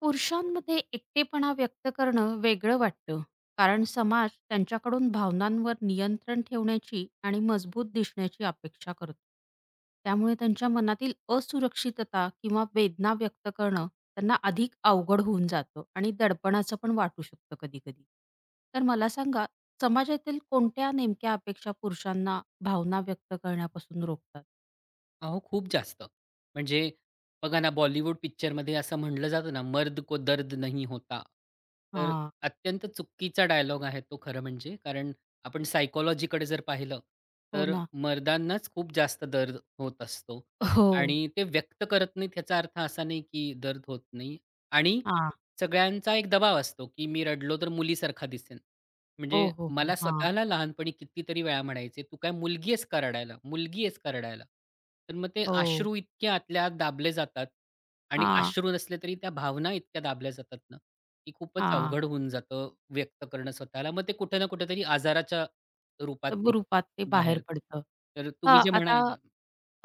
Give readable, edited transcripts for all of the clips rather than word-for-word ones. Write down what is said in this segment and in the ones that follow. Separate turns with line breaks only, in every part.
पुरुषांमध्ये एकटेपणा व्यक्त करणं वेगळं वाटतं कारण समाज त्यांच्याकडून भावनांवर नियंत्रण ठेवण्याची आणि मजबूत दिसण्याची अपेक्षा करतो. त्यामुळे त्यांच्या मनातील असुरक्षितता किंवा वेदना व्यक्त करणं त्यांना अधिक अवघड होऊन जातं आणि दडपणाचं पण वाटू शकतं कधी कधी. तर मला सांगा, समाजातील कोणत्या नेमक्या अपेक्षा पुरुषांना भावना व्यक्त करण्यापासून रोखतात?
अहो, खूप जास्त. म्हणजे बघा ना, बॉलिवूड पिक्चरमध्ये असं म्हटलं जातं ना, "मर्द को दर्द नहीं होता." तर
हा.
अत्यंत चुकीचा डायलॉग आहे तो खरं म्हणजे. कारण आपण सायकॉलॉजीकडे जर पाहिलं,
हो
तर
ना.
मर्दांनाच खूप जास्त दर्द होत असतो
हो.
आणि ते व्यक्त करत नाहीत याचा अर्थ असा नाही, की दर्द होत नाही. आणि
हा.
सगळ्यांचा एक दबाव असतो, की मी रडलो तर मुलीसारखा दिसेन.
ओ
म्हणजे
हो हो
मला
हा.
स्वतःला लहानपणी कितीतरी वेळा म्हणायचे, "तू काय मुलगी आहेस का रडायला? मुलगी आहेस का रडायला?" तर मग ते
हो.
अश्रू इतके आतल्या आत दाबले जातात आणि
हा.
अश्रू नसले तरी त्या भावना इतक्या दाबल्या जातात ना, की खूपच
हां,
अवघड होऊन जातं व्यक्त करणं स्वतःला. मग ते कुठे ना कुठेतरी आजाराच्या रूपात
तर रूपात ते
निघतं
बाहेर
बाहेर.
पडतं.
तर तुम्ही
हां.
जे
आता
म्हणाल.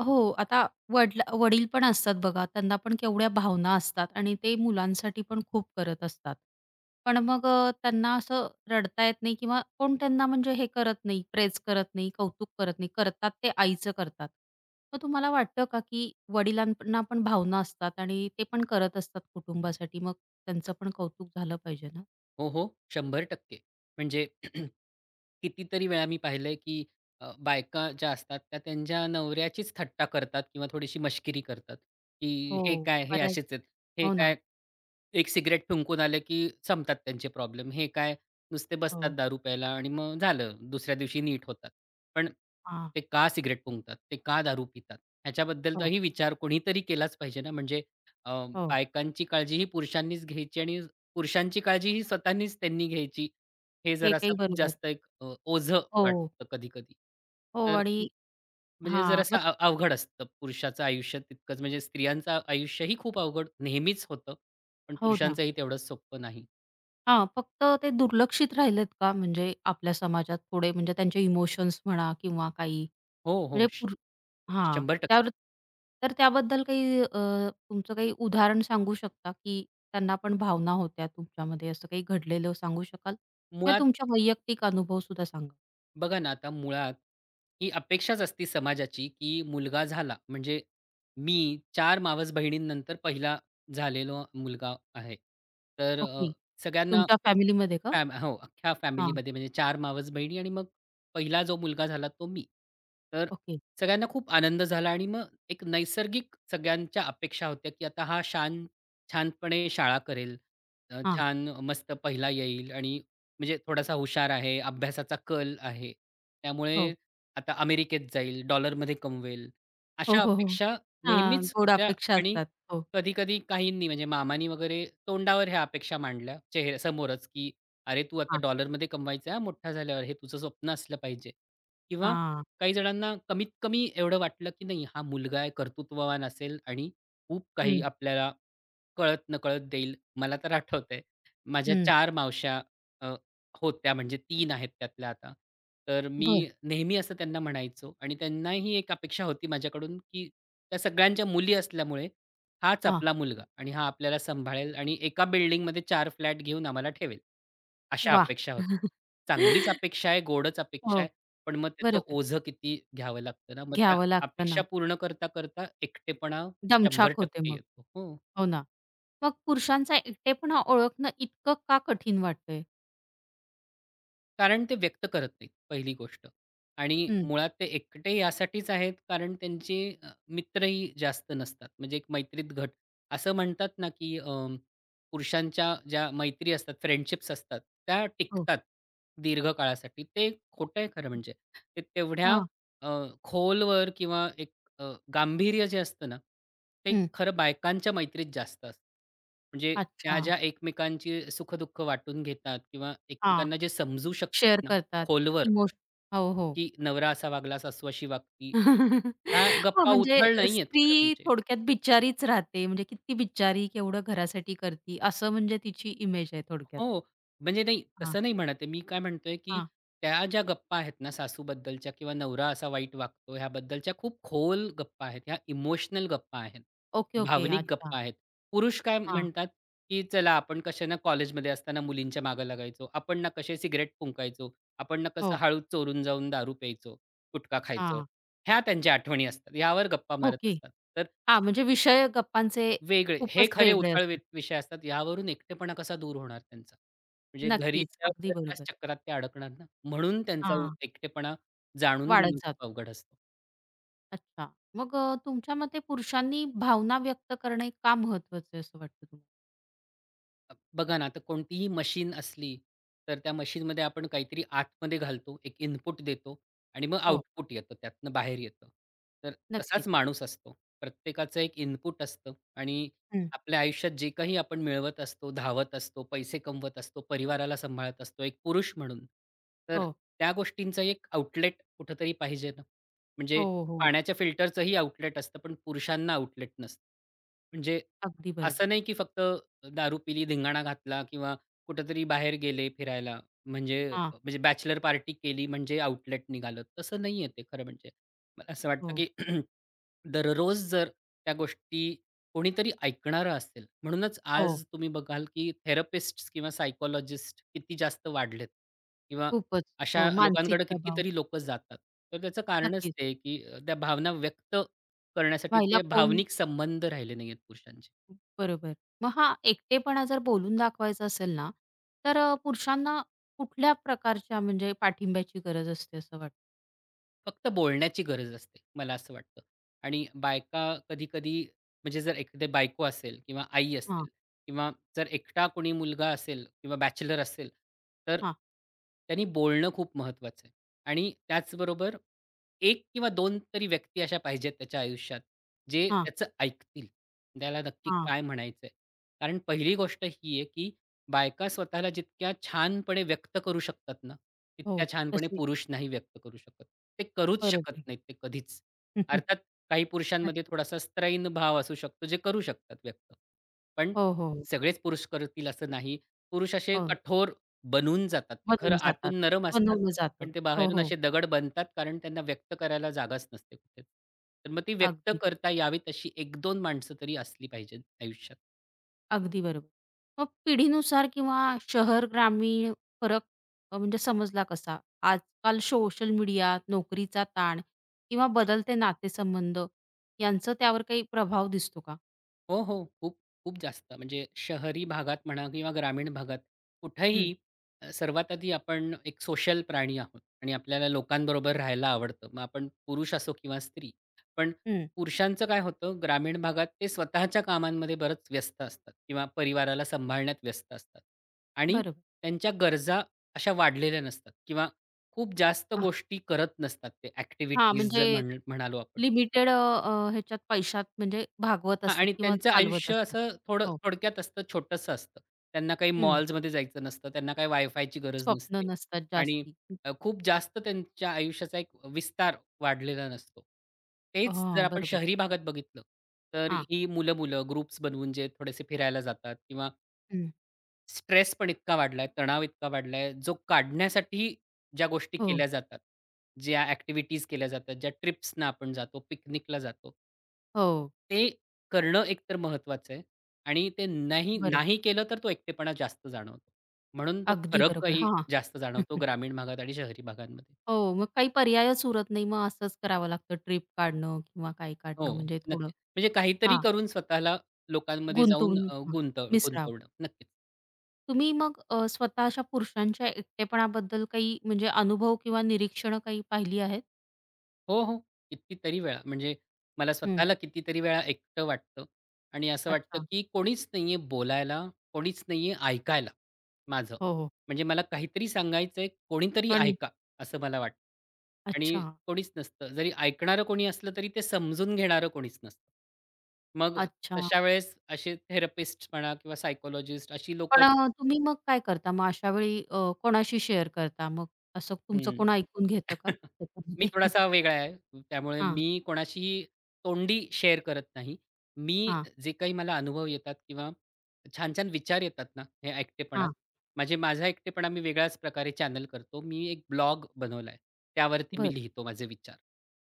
हो, आता वडील पण असतात बघा, त्यांना पण केवढ्या भावना असतात आणि ते मुलांसाठी पण खूप करत असतात. पण मग त्यांना असं रडता येत नाही किंवा कोण त्यांना म्हणजे हे करत नाही, प्रेज करत नाही, कौतुक करत नाही. करतात ते आईचं करतात. मग तुम्हाला वाटतं का, की वडिलांना पण भावना असतात आणि ते पण करत असतात कुटुंबासाठी, मग त्यांचं पण कौतुक झालं पाहिजे ना?
हो, हो. 100%. म्हणजे कितीतरी वेळा मी पाहिलंय, की बायका ज्या असतात त्या त्यांच्या नवऱ्याचीच थट्टा करतात किंवा थोडीशी मश्किरी करतात, की
हो,
"हे काय? हे
बऱ्याच.
असेच आहेत. हे
हो ना.
काय? एक सिगारेट फुंकून आले, की संपतात त्यांचे प्रॉब्लेम. हे काय? नुसते बसतात
हो.
दारू प्यायला आणि मग झालं, दुसऱ्या दिवशी नीट होतात." पण
हां.
ते का सिगारेट फुंकतात? ते का दारू पितात?
हो,
ह्याच्याबद्दलचाही विचार कोणीतरी केलाच पाहिजे ना. म्हणजे अ,
हो.
बायकांची काळजी ही पुरुषांनीच घ्यायची आणि पुरुषांची काळजी ही स्वतःनीच त्यांनी घ्यायची. हे
हे
जरासा
काही
खूप
बरोबर.
जास्त एक ओझं
हो,
वाटतं कधी-कधी.
हो
तर
आणि
म्हणजे
हां,
जरासं
मग
अवघड असतं पुरुषाचं आयुष्य तितकंच म्हणजे स्त्रियांचं आयुष्यही खूप अवघड नेहमीच होतं. पण
हो ना.
पुरुषांचंही तेवढंच सोपं नाही.
हां, फक्त ते दुर्लक्षित राहिलेत का म्हणजे आपल्या समाजात थोडे म्हणजे त्यांचे इमोशन्स म्हणा किंवा काही
हो, हो.
म्हणजे हां,
100%.
त्यावर तर त्याबद्दल काही तुमचं काही उदाहरण सांगू शकता, की त्यांना पण भावना होत्या तुमच्यामध्ये असं काही घडलेलं सांगू शकाल? किंवा
मुळात
तुमच्या वैयक्तिक अनुभव सुद्धा सांगा.
बघा ना आता मुळात ही अपेक्षाच असती समाजाची, की मुलगा झाला म्हणजे मी 4 मावस बहिणींनंतर पहिला झालेलो मुलगा आहे. तर
ओके.
सगळ्यांना
तुमच्या फॅमिलीमध्ये का?
हो, अख्ख्या
हां,
फॅमिलीमध्ये म्हणजे 4 मावस-बहिणी आणि मग पहिला जो मुलगा झाला तो मी. तर
ओके.
सगळ्यांना खूप आनंद झाला आणि मग एक नैसर्गिक सगळ्यांच्या अपेक्षा होत्या, की आता हा छानपणे शाळा करेल.
हां,
छान मस्त पहिला येईल आणि म्हणजे थोडासा हुशार आहे, अभ्यासाचा कल आहे.
हो.
त्यामुळे आता अमेरिकेत जाईल, डॉलरमध्ये कमवेल.
हो,
अशा
हो, हो.
अपेक्षा
हां,
नेहमीच
गोड
होत्या.
अपेक्षा
आणि
असतात. हो.
कधी-कधी काहींनी म्हणजे मामांनी वगैरे तोंडावर ह्या अपेक्षा मांडल्या समोरच, की अरे, तू आता
हां,
डॉलरमध्ये कमवायचा हां, मोठा झाल्यावर हे तुझं स्वप्न असलं पाहिजे. किंवा
हां.
काही जणांना कमीत कमी एवढं वाटलं, की नाही हा मुलगा आहे, कर्तृत्ववान असेल आणि खूप काही
हं,
आपल्याला कळत-नकळत देईल. मला तर आठवतंय, माझ्या
हं.
4 मावश्या अ, होत्या म्हणजे 3 आहेत त्यातल्या आता. तर मी
बरं.
नेहमी असं त्यांना म्हणायचो आणि त्यांना एक अपेक्षा होती माझ्याकडून, की त्या सगळ्यांच्या मुली असल्यामुळे हाच
हां.
आपला मुलगा आणि हा आपल्याला सांभाळेल आणि एका बिल्डिंगमध्ये 4 फ्लॅट घेऊन आम्हाला ठेवेल. अशा
वाह!
अपेक्षा होत्या. चांगलीच अपेक्षा आहे, गोडच अपेक्षा
हो,
आहे. पण मग त्याचं
बरोबर.
ओझं किती घ्यावं लागतं ना. मग त्या
घ्यावं लागतं ना.
अपेक्षा पूर्ण करता-करता एकटेपणा
दमछाक होते
100%
मग.
येतो. हो.
हो ना. मग पुरुषांचा एकटेपणा ओळखणं इतकं का कठीण वाटतंय?
कारण ते व्यक्त करत नाहीत, पहिली गोष्ट. आणि
हं.
मुळात ते एकटे यासाठीच आहेत, कारण त्यांचे मित्रही जास्त नसतात. म्हणजे एक मैत्रीत घट. असं म्हणतात ना, की पुरुषांच्या ज्या मैत्री असतात, फ्रेंडशिप्स असतात, त्या
हो.
टिकतात दीर्घ काळासाठी. ते खोटं आहे खरं म्हणजे. ते तेवढ्या
हां.
अ, खोलवर किंवा एक गांभीर्य जे असतं ना, ते
हं.
खरं बायकांच्या मैत्रीत जास्त असतं. म्हणजे त्या
अच्छा.
ज्या एकमेकांची सुख-दुःख वाटून घेतात किंवा
हां.
एकमेकांना जे समजू शकतात
शेअर
ना,
करतात.
खोलवर,
इमोश हो, हो.
की नवरा असा वागला, सासू अशी वागली. त्या
हां,
गप्पा
म्हणजे
उथळ नाहीयेत खरं
स्त्री
म्हणजे.
थोडक्यात बिचारीच राहते. म्हणजे किती बिचारी, केवढं घरासाठी करती, असं म्हणजे तिची इमेज आहे थोडक्यात.
हो. म्हणजे नाही,
हां,
तसं नाही म्हणत आहे. मी काय म्हणतोय, की
हां.
त्या ज्या गप्पा आहेत ना सासूबद्दलच्या किंवा नवरा असा वाईट वागतो ह्याबद्दलच्या खूप खोल गप्पा आहेत. ह्या इमोशनल गप्पा आहेत.
Okay, okay.
भावनिक
अच्छा.
गप्पा आहेत. पुरुष काय
हां.
म्हणतात, की चला आपण कशानं कॉलेजमध्ये असताना मुलींच्या मागे लागायचो. आपण ना कसे सिगारेट फुंकायचो. आपण ना कसं
हो.
हळूच चोरून जाऊन दारू प्यायचो, गुटखा खायचो.
हां.
ह्या त्यांच्या आठवणी असतात. यावर गप्पा
हो
मारत
की
असतात. तर
हां, म्हणजे विषय गप्पांचे
वेगळे. हे
खूपच
खरे
वेगळे
उथळ
असतात.
विषय असतात. यावरून एकटेपणा कसा दूर होणार त्यांचा? म्हणजे घरी
नक्कीच.
आल्यावर
अगदी
परत त्याच
बरोबर.
चक्रात ते अडकणार ना. म्हणून त्यांचा
हां.
एकटेपणा जाणून
वाढत
घेणं
जातो.
खूप अवघड असतं.
अच्छा. मग तुमच्या मते पुरुषांनी भावना व्यक्त करणे का महत्वाचं आहे असं वाटतं तुम्हाला?
बघा ना, आता कोणतीही मशीन असली, तर त्या मशीनमध्ये आपण काहीतरी आतमध्ये घालतो, एक इनपुट देतो आणि मग
हो.
आउटपुट येतं, त्यातनं बाहेर येतं. तर तसाच
नक्कीच.
माणूस असतो. प्रत्येकाचं एक इनपुट असतं आणि
हं.
आपल्या आयुष्यात जे काही आपण मिळवत असतो, धावत असतो, पैसे कमवत असतो, परिवाराला सांभाळत असतो, एक पुरुष म्हणून. तर
हो.
त्या गोष्टींचं एक आउटलेट कुठेतरी पाहिजे ना.
हो,
म्हणजे
हो.
पाण्याच्या फिल्टरचंही आउटलेट असतं, पण पुरुषांना आउटलेट नसतं. म्हणजे
अगदी
असं
बरोबर.
नाही की फक्त दारू पिली, धिंगाणा घातला किंवा कुठेतरी बाहेर गेले फिरायला, म्हणजे
हां.
म्हणजे बॅचलर पार्टी केली म्हणजे आउटलेट निघालं. तसं नाहीये ते खरं म्हणजे. मला असं वाटतं
हो.
की दररोज जर त्या गोष्टी कोणीतरी ऐकणारं असेल, म्हणूनच
हो.
आज तुम्ही बघाल की थेरपिस्ट्स किंवा सायकॉलॉजिस्ट किती जास्त वाढलेत किंवा
खूपच.
अशा
हो. मानसिक
लोकांकडे
दबाव.
कितीतरी लोकं जातात. तर त्याचं कारणच
नक्कीच.
ते की त्या भावना व्यक्त करण्यासाठी
व्हायला
ते
कोण
भावनिक संबंध राहिले नाहीयेत पुरुषांचे.
बरोबर. मग हा एकटेपणा जर बोलून दाखवायचा असेल ना, तर पुरुषांना कुठल्या प्रकारच्या म्हणजे पाठिंब्याची गरज असते असं वाटतं?
फक्त बोलण्याची गरज असते, मला असं वाटतं. आणि बायका कधी-कधी म्हणजे जर एखादी बायको असेल किंवा आई
हां,
असेल किंवा जर एकटा कोणी मुलगा असेल किंवा बॅचलर असेल, तर
हां,
त्यांनी बोलणं खूप महत्त्वाचं आहे. आणि त्याचबरोबर 1 किंवा 2 तरी व्यक्ती अशा पाहिजेत त्याच्या आयुष्यात, जे
हां,
त्याचं ऐकतील. त्याला नक्की
हां.
काय म्हणायचंय. कारण पहिली गोष्ट ही आहे, की बायका स्वतःला जितक्या छानपणे व्यक्त करू शकतात ना,
हो,
तितक्या छानपणे
तसे
पुरुष नाही व्यक्त करू शकत. ते करूच शकत
बरोबर.
नाहीत ते कधीच. अर्थात काही पुरुषांमध्ये
नक्की.
थोडासा स्त्रैण भाव असू शकतो, जे करू शकतात व्यक्त. पण
हो, हो, हो.
सगळेच पुरुष करतील असं नाही. पुरुष असे
हो,
कठोर बनून जातात. ते खरं
बनून जातात.
आतून नरम असतात,
बनवलं जातं.
पण ते
हो,
बाहेरून
हो.
असे दगड बनतात, कारण त्यांना व्यक्त करायला जागाच नसते कुठेच. तर मग ती व्यक्त
अगदी.
करता यावी तशी 1-2 माणसं तरी असली पाहिजेत आयुष्यात.
अगदी बरोबर. मग पिढीनुसार किंवा शहर ग्रामीण फरक म्हणजे समजला कसा? आजकाल सोशल मीडिया, नोकरीचा ताण किंवा बदलते नातेसंबंध यांचं त्यावर काही प्रभाव दिसतो का?
हो, हो. खूप, खूप जास्त. म्हणजे शहरी भागात म्हणा किंवा ग्रामीण भागात
हं,
कुठेही सर्वात आधी आपण एक सोशल प्राणी आहोत आणि आपल्याला लोकांबरोबर राहायला आवडतं. मग आपण पुरुष असो किंवा स्त्री. पण
हं.
पुरुषांचं काय होतं, ग्रामीण भागात ते स्वतःच्या कामांमध्ये बरंच व्यस्त असतात किंवा परिवाराला सांभाळण्यात व्यस्त असतात आणि
बरोबर.
त्यांच्या गरजा अशा वाढलेल्या नसतात किंवा खूप जास्त
अ,
गोष्टी करत नसतात ते
हां,
ॲक्टिव्हिटीज
म्हणजे
जर म्हणालो आपण.
लिमिटेड अ, अ, ह्याच्यात पैशात म्हणजे भागवत
हां
असतात
आणि
किंवा
त्यांचं
चालवत
आयुष्य
असतात.
असं थोडं
हो.
थोडक्यात असतं, छोटंसं असतं. त्यांना काही
हं.
मॉल्समध्ये जायचं नसतं, त्यांना काही वायफायची गरज
स्वप्न
नसते
नसतात
आणि
जास्ती.
खूप जास्त त्यांच्या आयुष्याचा एक विस्तार वाढलेला नसतो. तेच जर
हां,
आपण
बरोबर.
शहरी भागात बघितलं, तर
हां.
ही मुलं-मुलं ग्रुप्स बनवून जे थोडेसे फिरायला जातात किंवा
हं.
स्ट्रेस पण इतका वाढलाय, तणाव इतका वाढलाय, जो काढण्यासाठी ज्या गोष्टी
हो,
केल्या जातात, ज्या ॲक्टिव्हिटीज केल्या जातात, ज्या ट्रिप्सना आपण जातो, पिकनिकला जातो
हो.
ते करणं एकतर महत्त्वाचं आहे आणि ते नाही
बरोबर.
नाही केलं तर तो एकटेपणा जास्त जाणवतो. म्हणून तो
अगदी बरोबर.
फरकही
हां.
जास्त जाणवतो ग्रामीण भागात आणि शहरी भागांमध्ये.
हो, मग काही पर्यायच उरत नाही. मग असंच करावं लागतं ट्रिप काढणं किंवा काही
हो,
काढणं म्हणजे थोडं
नक्कीच. म्हणजे काहीतरी
हां,
करून स्वतःला लोकांमध्ये जाऊन
गुंतवून हां, मिसळावं.
गुंतवणं. नक्कीच.
तुम्ही मग स्वतः अशा पुरुषांच्या एकटेपणाबद्दल काही म्हणजे अनुभव किंवा निरीक्षणं काही पाहिली आहेत?
हो, हो. कितीतरी वेळा. म्हणजे मला
हं,
स्वतःला कितीतरी वेळा एकटं वाटतं आणि असं वाटतं,
अच्छा.
की कोणीच नाहीये बोलायला, कोणीच नाहीये ऐकायला माझं.
हो, हो.
म्हणजे मला काहीतरी सांगायचंय, कोणीतरी
पण
ऐका, असं मला वाटतं.
अच्छा,
आणि कोणीच नसतं. जरी ऐकणारं कोणी असलं, तरी ते समजून घेणारं कोणीच नसतं. मग
अच्छा.
तशा वेळेस असे थेरपिस्ट म्हणा किंवा सायकॉलॉजिस्ट अशी
पण
लोकंच.
तुम्ही मग काय करता? मग अशा वेळी कोणाशी शेअर करता? मग असं तुमचं
हं.
कोण ऐकून घेतं का
मी
त्याच्यामध्ये?
थोडासा वेगळा आहे. त्यामुळे
हां,
मी कोणाशीही तोंडी शेअर करत नाही. मी
हां,
जे काही मला अनुभव येतात किंवा छान-छान विचार येतात ना, हे एकटेपणात,
हां.
माझा एकटेपणा मी वेगळ्याच प्रकारे चॅनल करतो. मी एक ब्लॉग बनवला आहे. त्यावरती मी
बरं.
लिहितो माझे विचार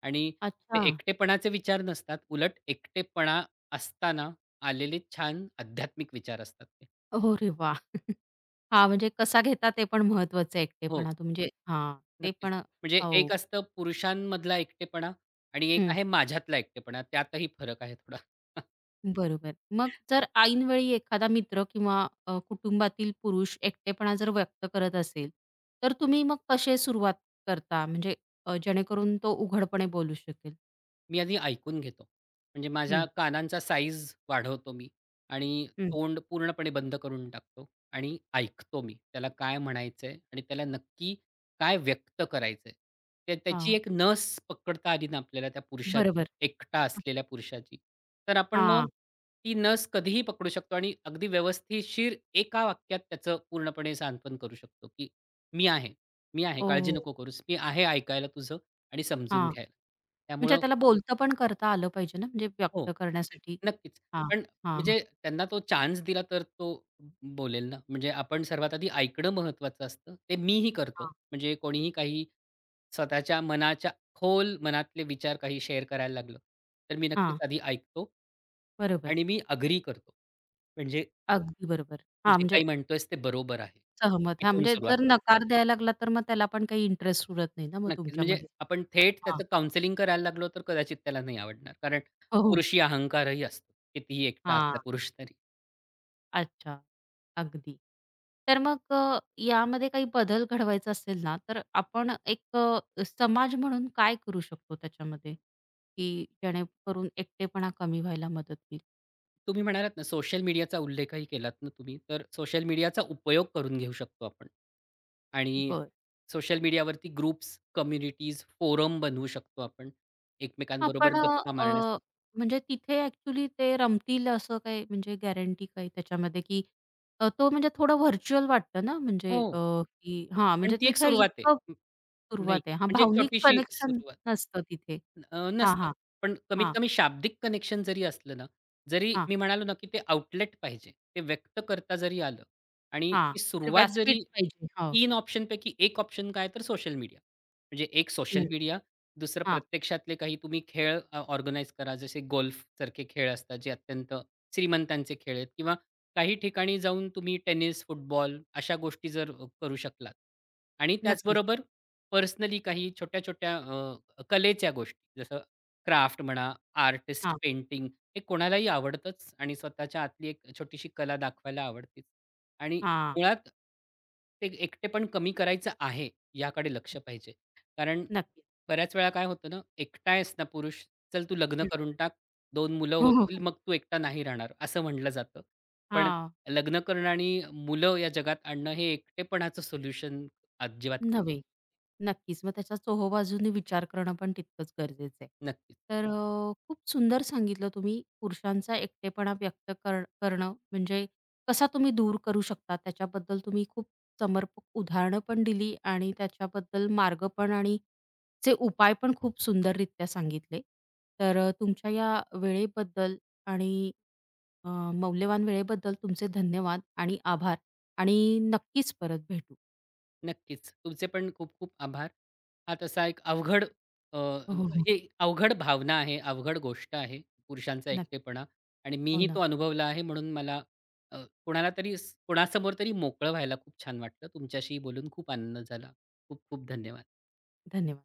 आणि ते
अच्छा.
एकटेपणाचे विचार नसतात. उलट एकटेपणा असताना आलेले छान आध्यात्मिक विचार असतात ते.
अरे वाह! हा, म्हणजे कसा घेता ते पण महत्वाचं आहे
हो.
एकटेपणा तो म्हणजे हां, ते
नक्कीच.
पण
म्हणजे
हो.
एक असतं पुरुषांमधला एकटेपणा आणि एक
हं,
आहे माझ्यातला एकटेपणा. त्यातही फरक आहे थोडा.
बरोबर. मग जर ऐनवेळी एखादा मित्र किंवा कुटुंबातील पुरुष एकटेपणा जर व्यक्त करत असेल, तर तुम्ही मग कसे सुरुवात करता? म्हणजे जेणेकरून तो उघडपणे बोलू शकेल?
मी आधी ऐकून घेतो. म्हणजे माझ्या
हं,
कानांचा साईज वाढवतो मी आणि
हं.
तोंड पूर्णपणे बंद करून टाकतो आणि ऐकतो मी. त्याला काय म्हणायचंय आणि त्याला नक्की काय व्यक्त करायचंय. ते त्याची
हां,
एक नस पकडता आली ना आपल्याला त्या पुरुषाची,
बरोबर.
एकटा असलेल्या पुरुषाची, तर आपण मग
हां.
ती नस कधीही पकडू शकतो आणि अगदी व्यवस्थितशीर एका वाक्यात त्याचं पूर्णपणे सांत्वन करू शकतो, की "मी आहे, मी आहे.
ओ
काळजी नको करूस. मी आहे ऐकायला तुझं आणि समजून
हां,
घ्यायला."
म्हणजे
त्यामुळं
त्याला बोलतं पण करता आलं पाहिजे ना, म्हणजे
हो,
व्यक्त करण्यासाठी.
नक्कीच.
हां,
पण
हां,
म्हणजे त्यांना तो चान्स दिला तर तो बोलेल ना. म्हणजे आपण सर्वात आधी ऐकणं महत्त्वाचं असतं. ते मीही करतो.
हां,
म्हणजे कोणीही काही स्वतःच्या मनाच्या खोल मनातले विचार काही शेअर करायला लागलं, तर मी नक्कीच
हां,
आधी ऐकतो
बरोबर.
आणि मी अग्री करतो. म्हणजे
अगदी बरोबर.
तू
हां,
जे काही
म्हणजे
म्हणतोयस ते बरोबर आहे.
सहमत. हां,
इथून
म्हणजे
सुरुवात
जर
करतो.
नकार द्यायला लागला, तर मग त्याला पण काही इंटरेस्ट उरत नाही ना मग
नक्कीच. म्हणजे
तुमच्यामध्ये?
आपण थेट
हां.
त्याचं काउन्सेलिंग करायला लागलो तर कदाचित त्याला नाही आवडणार. कारण
हो. हो.
पुरुषी अहंकारही असतो. कितीही एकटा
हां.
असला पुरुष तरी.
अच्छा. अगदी. तर मग यामध्ये काही बदल घडवायचा असेल ना, तर आपण एक समाज म्हणून काय करू शकतो त्याच्यामध्ये, की जेणेकरून एकटेपणा कमी व्हायला मदत होईल?
तुम्ही म्हणालात ना, सोशल मीडियाचा उल्लेखही केलात ना तुम्ही, तर सोशल मीडियाचा उपयोग करून घेऊ शकतो आपण. आणि
बरं.
सोशल मीडियावरती ग्रुप्स, कम्युनिटीज, फोरम बनवू शकतो आपण
हां,
एकमेकांबरोबर
अ,
गप्पा
अ,
मारण्यास.
म्हणजे तिथे ॲक्चुअली ते रमतील असं काही म्हणजे गॅरंटी काही त्याच्यामध्ये, की तो म्हणजे थोडं व्हर्चुअल वाटतं ना म्हणजे
हो,
की हां,
पण
म्हणजे
ती एक
तिथे
सुरुवात आहे.
इतकं सुरुवात
नाही
आहे.
का?
हां,
म्हणजे एक
भावनिक
छोटीशी
कनेक्शन
सुरुवात.
नसतं तिथे. हां,
नसतं.
हां,
पण कमीत
हां,
कमी शाब्दिक कनेक्शन जरी असलं ना, जरी
हां,
मी म्हणालो ना, की ते आउटलेट पाहिजे. ते व्यक्त करता जरी आलं आणि
हां.
ती
तर
सुरुवात जरी
व्यासपीठ पाहिजे. हो.
3 ऑप्शनपैकी एक ऑप्शन काय तर सोशल मीडिया. म्हणजे एक सोशल
हं.
मीडिया, दुसरं
हां,
प्रत्यक्षातले काही तुम्ही खेळ करा. जसे गोल्फसारखे खेळ असतात, जे अत्यंत श्रीमंतांचे खेळ आहेत किंवा काही ठिकाणी जाऊन तुम्ही टेनिस, फुटबॉल अशा गोष्टी जर करू शकलात आणि
नक्कीच.
त्याचबरोबर पर्सनली काही छोट्या-छोट्या कलेच्या गोष्टी जसं क्राफ्ट म्हणा, आर्टिस्ट
हां,
पेंटिंग हे कोणालाही आवडतंच आणि स्वतःच्या आतली एक छोटीशी कला दाखवायला आवडतेच. आणि
हां,
मुळात ते एकटेपण कमी करायचं आहे याकडे लक्ष पाहिजे. कारण
नक्कीच.
बऱ्याच वेळा काय होतं ना, एकटा आहेस ना पुरुष, चल तू लग्न
हं.
करून टाक, 2 मुलं
हो, हो,
होतील
हो.
मग तू एकटा नाही राहणार असं म्हटलं जातं. पण
हां,
लग्न करणं आणि मुलं या जगात आणणं हे एकटेपणाचं सोल्युशन अजिबात नाहीये.
नव्हे. नक्कीच. मग त्याच्या चोहोबाजूनी विचार करणं पण तितकंच गरजेचं आहे.
नक्की.
तर खूप सुंदर सांगितलं तुम्ही पुरुषांचा एकटेपणा व्यक्त करणं म्हणजे कसा तुम्ही दूर करू शकता त्याच्याबद्दल तुम्ही खूप समर्पक उदाहरणं पण दिली आणि त्याच्याबद्दल मार्ग पण आणि चे उपाय पण खूप सुंदररित्या सांगितले. तर तुमच्या या वेळेबद्दल आणि मौल्यवान वेळेबद्दल तुमचे धन्यवाद आणि आभार आणि नक्कीच परत भेटू.
नक्कीच. तुमचे पण खूप-खूप आभार. हा तसा अ,
हो, हो.
एक अवघड भावना आहे, अवघड गोष्ट आहे पुरुषांचा
नक्की.
एकटेपणा आणि
हो
मीही तो
ना.
अनुभवला आहे म्हणून मला अ, कोणाला तरी कोणासमोर तरी मोकळं व्हायला खूप छान वाटलं. तुमच्याशी बोलून खूप आनंद झाला. खूप-खूप धन्यवाद.
धन्यवाद.